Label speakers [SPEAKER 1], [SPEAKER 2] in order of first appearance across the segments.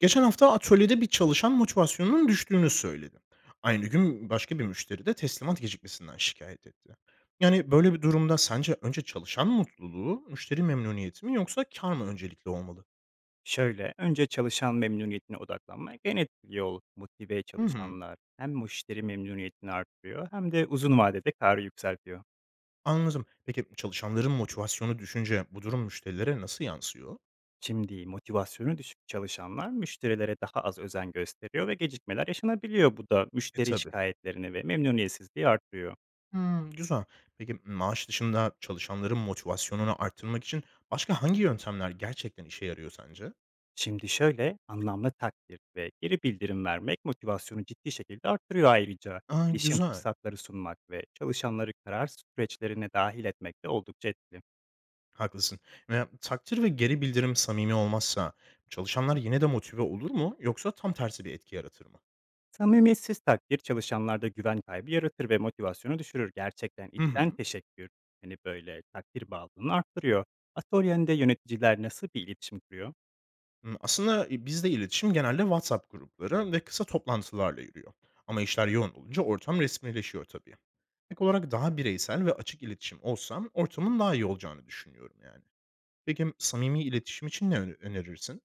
[SPEAKER 1] Geçen hafta atölyede bir çalışan motivasyonunun düştüğünü söyledi. Aynı gün başka bir müşteri de teslimat gecikmesinden şikayet etti. Yani böyle bir durumda sence önce çalışan mutluluğu, müşteri memnuniyeti mi yoksa kar mı öncelikli olmalı?
[SPEAKER 2] Şöyle, önce çalışan memnuniyetine odaklanmak en etkili yol. Motive
[SPEAKER 1] Hı hı.
[SPEAKER 2] çalışanlar hem müşteri memnuniyetini artırıyor hem de uzun vadede karı yükseltiyor.
[SPEAKER 1] Anladım. Peki çalışanların motivasyonu düşünce bu durum müşterilere nasıl yansıyor?
[SPEAKER 2] Şimdi motivasyonu düşük çalışanlar müşterilere daha az özen gösteriyor ve gecikmeler yaşanabiliyor. Bu da
[SPEAKER 1] E
[SPEAKER 2] müşteri
[SPEAKER 1] tabi.
[SPEAKER 2] şikayetlerini ve memnuniyetsizliği artırıyor.
[SPEAKER 1] Hmm, güzel. Peki maaş dışında çalışanların motivasyonunu arttırmak için başka hangi yöntemler gerçekten işe yarıyor sence?
[SPEAKER 2] Şimdi şöyle, anlamlı takdir ve geri bildirim vermek motivasyonu ciddi şekilde artırıyor ayrıca.
[SPEAKER 1] Aa,
[SPEAKER 2] Gelişim
[SPEAKER 1] güzel.
[SPEAKER 2] fırsatları sunmak ve çalışanları karar süreçlerine dahil etmek de oldukça etkili.
[SPEAKER 1] Haklısın. Ve takdir ve geri bildirim samimi olmazsa çalışanlar yine de motive olur mu yoksa tam tersi bir etki yaratır mı?
[SPEAKER 2] Samimiyetsiz takdir çalışanlarda güven kaybı yaratır ve motivasyonu düşürür. Gerçekten
[SPEAKER 1] Hı
[SPEAKER 2] içten
[SPEAKER 1] hı.
[SPEAKER 2] teşekkür, hani böyle takdir bağlılığını arttırıyor. Atölyende yöneticiler nasıl bir iletişim kuruyor?
[SPEAKER 1] Hı, aslında bizde iletişim genelde WhatsApp grupları ve kısa toplantılarla yürüyor. Ama işler yoğun olunca ortam resmileşiyor tabii. Ek olarak daha bireysel ve açık iletişim olsam ortamın daha iyi olacağını düşünüyorum yani. Peki samimi iletişim için önerirsin?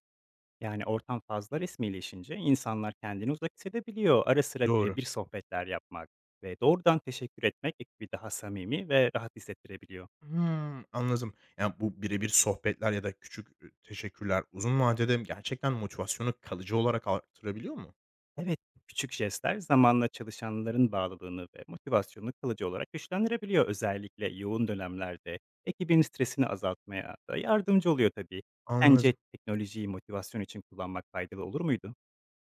[SPEAKER 2] Yani ortam fazla resmileşince insanlar kendini uzak hissedebiliyor. Ara sıra
[SPEAKER 1] Doğru.
[SPEAKER 2] birebir sohbetler yapmak ve doğrudan teşekkür etmek ekibi daha samimi ve rahat hissettirebiliyor.
[SPEAKER 1] Hımm, anladım. Yani bu birebir sohbetler ya da küçük teşekkürler uzun vadede gerçekten motivasyonu kalıcı olarak artırabiliyor mu?
[SPEAKER 2] Evet, küçük jestler zamanla çalışanların bağlılığını ve motivasyonunu kalıcı olarak güçlendirebiliyor. Özellikle yoğun dönemlerde ekibin stresini azaltmaya da yardımcı oluyor tabii. Sence
[SPEAKER 1] Anladım.
[SPEAKER 2] teknolojiyi motivasyon için kullanmak faydalı olur muydu?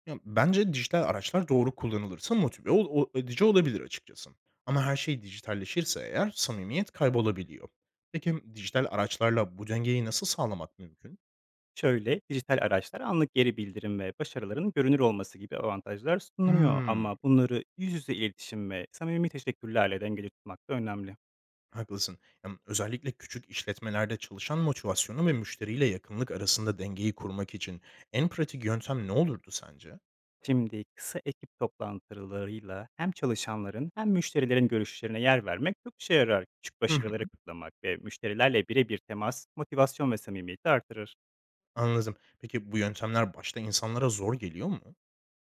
[SPEAKER 1] Ya, bence dijital araçlar doğru kullanılırsa motive ol o edici olabilir açıkçası. Ama her şey dijitalleşirse eğer samimiyet kaybolabiliyor. Peki, dijital araçlarla bu dengeyi nasıl sağlamak mümkün?
[SPEAKER 2] Şöyle, dijital araçlar anlık geri bildirim ve başarıların görünür olması gibi avantajlar sunuyor
[SPEAKER 1] Hımm,
[SPEAKER 2] ama bunları yüz yüze iletişim ve samimi teşekkürlerle dengeli tutmak da önemli.
[SPEAKER 1] haklısın. Özellikle küçük işletmelerde çalışan motivasyonu ve müşteriyle yakınlık arasında dengeyi kurmak için en pratik yöntem ne olurdu sence?
[SPEAKER 2] Şimdi kısa ekip toplantılarıyla hem çalışanların hem müşterilerin görüşlerine yer vermek çok işe yarar. Küçük
[SPEAKER 1] Hı hı.
[SPEAKER 2] başarıları kutlamak ve müşterilerle birebir temas, motivasyon ve samimiyeti artırır.
[SPEAKER 1] Anladım. Peki bu yöntemler başta insanlara zor geliyor mu?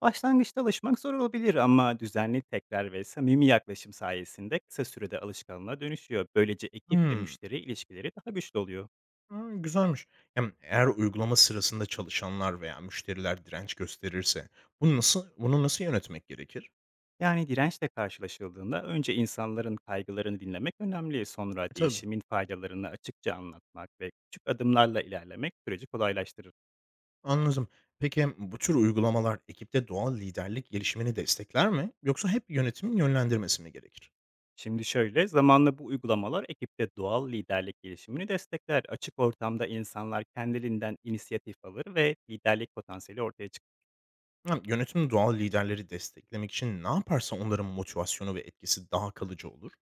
[SPEAKER 2] Başlangıçta alışmak zor olabilir ama düzenli tekrar ve samimi yaklaşım sayesinde kısa sürede alışkanlığa dönüşüyor. Böylece ekip ve
[SPEAKER 1] Hımm.
[SPEAKER 2] müşteri ilişkileri daha güçlü oluyor.
[SPEAKER 1] A, güzelmiş. Hem eğer uygulama sırasında çalışanlar veya müşteriler direnç gösterirse bunu nasıl yönetmek gerekir?
[SPEAKER 2] Yani dirençle karşılaşıldığında önce insanların kaygılarını dinlemek önemli, sonra
[SPEAKER 1] E, tabii.
[SPEAKER 2] değişimin faydalarını açıkça anlatmak ve küçük adımlarla ilerlemek süreci kolaylaştırır.
[SPEAKER 1] Anladım. Peki bu tür uygulamalar ekipte doğal liderlik gelişimini destekler mi yoksa hep yönetimin yönlendirmesi mi gerekir?
[SPEAKER 2] Şimdi şöyle, zamanla bu uygulamalar ekipte doğal liderlik gelişimini destekler. Açık ortamda insanlar kendiliğinden inisiyatif alır ve liderlik potansiyeli ortaya çıkar.
[SPEAKER 1] Hem yönetim doğal liderleri desteklemek için ne yaparsa onların motivasyonu ve etkisi daha kalıcı olur?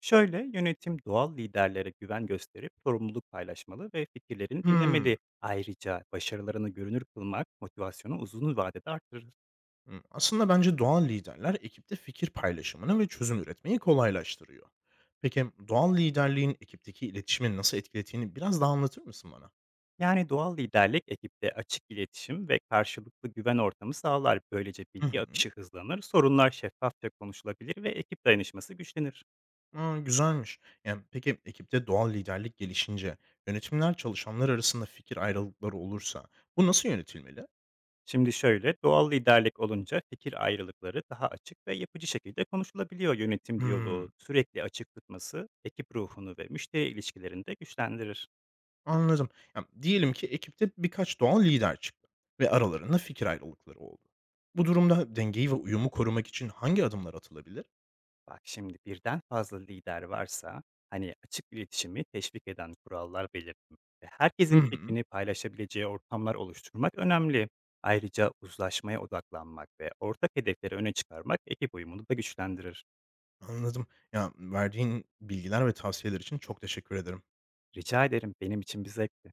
[SPEAKER 2] Şöyle, yönetim doğal liderlere güven gösterip sorumluluk paylaşmalı ve fikirlerini
[SPEAKER 1] Hımm.
[SPEAKER 2] dinlemeli. Ayrıca başarılarını görünür kılmak motivasyonu uzun vadede artırır.
[SPEAKER 1] Hımm, aslında bence doğal liderler ekipte fikir paylaşımını ve çözüm üretmeyi kolaylaştırıyor. Peki, doğal liderliğin ekipteki iletişimi nasıl etkilediğini biraz daha anlatır mısın bana?
[SPEAKER 2] Yani doğal liderlik ekipte açık iletişim ve karşılıklı güven ortamı sağlar. Böylece
[SPEAKER 1] Hı
[SPEAKER 2] bilgi
[SPEAKER 1] hı.
[SPEAKER 2] akışı hızlanır, sorunlar şeffafça konuşulabilir ve ekip dayanışması güçlenir.
[SPEAKER 1] A, güzelmiş. Yani, peki, ekipte doğal liderlik gelişince yönetimler çalışanlar arasında fikir ayrılıkları olursa bu nasıl yönetilmeli?
[SPEAKER 2] Şimdi şöyle, doğal liderlik olunca fikir ayrılıkları daha açık ve yapıcı şekilde konuşulabiliyor. Yönetim
[SPEAKER 1] Hımm,
[SPEAKER 2] diyaloğu sürekli açık tutması ekip ruhunu ve müşteri ilişkilerini de güçlendirir.
[SPEAKER 1] anladım. Ya, diyelim ki ekipte birkaç doğal lider çıktı ve aralarında fikir ayrılıkları oldu. Bu durumda dengeyi ve uyumu korumak için hangi adımlar atılabilir?
[SPEAKER 2] Bak şimdi birden fazla lider varsa hani açık iletişimi teşvik eden kurallar belirtmek ve
[SPEAKER 1] Hı
[SPEAKER 2] herkesin
[SPEAKER 1] hı.
[SPEAKER 2] fikrini paylaşabileceği ortamlar oluşturmak önemli. Ayrıca uzlaşmaya odaklanmak ve ortak hedefleri öne çıkarmak ekip uyumunu da güçlendirir.
[SPEAKER 1] Anladım. Ya, verdiğin bilgiler ve tavsiyeler için çok teşekkür ederim.
[SPEAKER 2] Rica ederim benim için bir zevkti.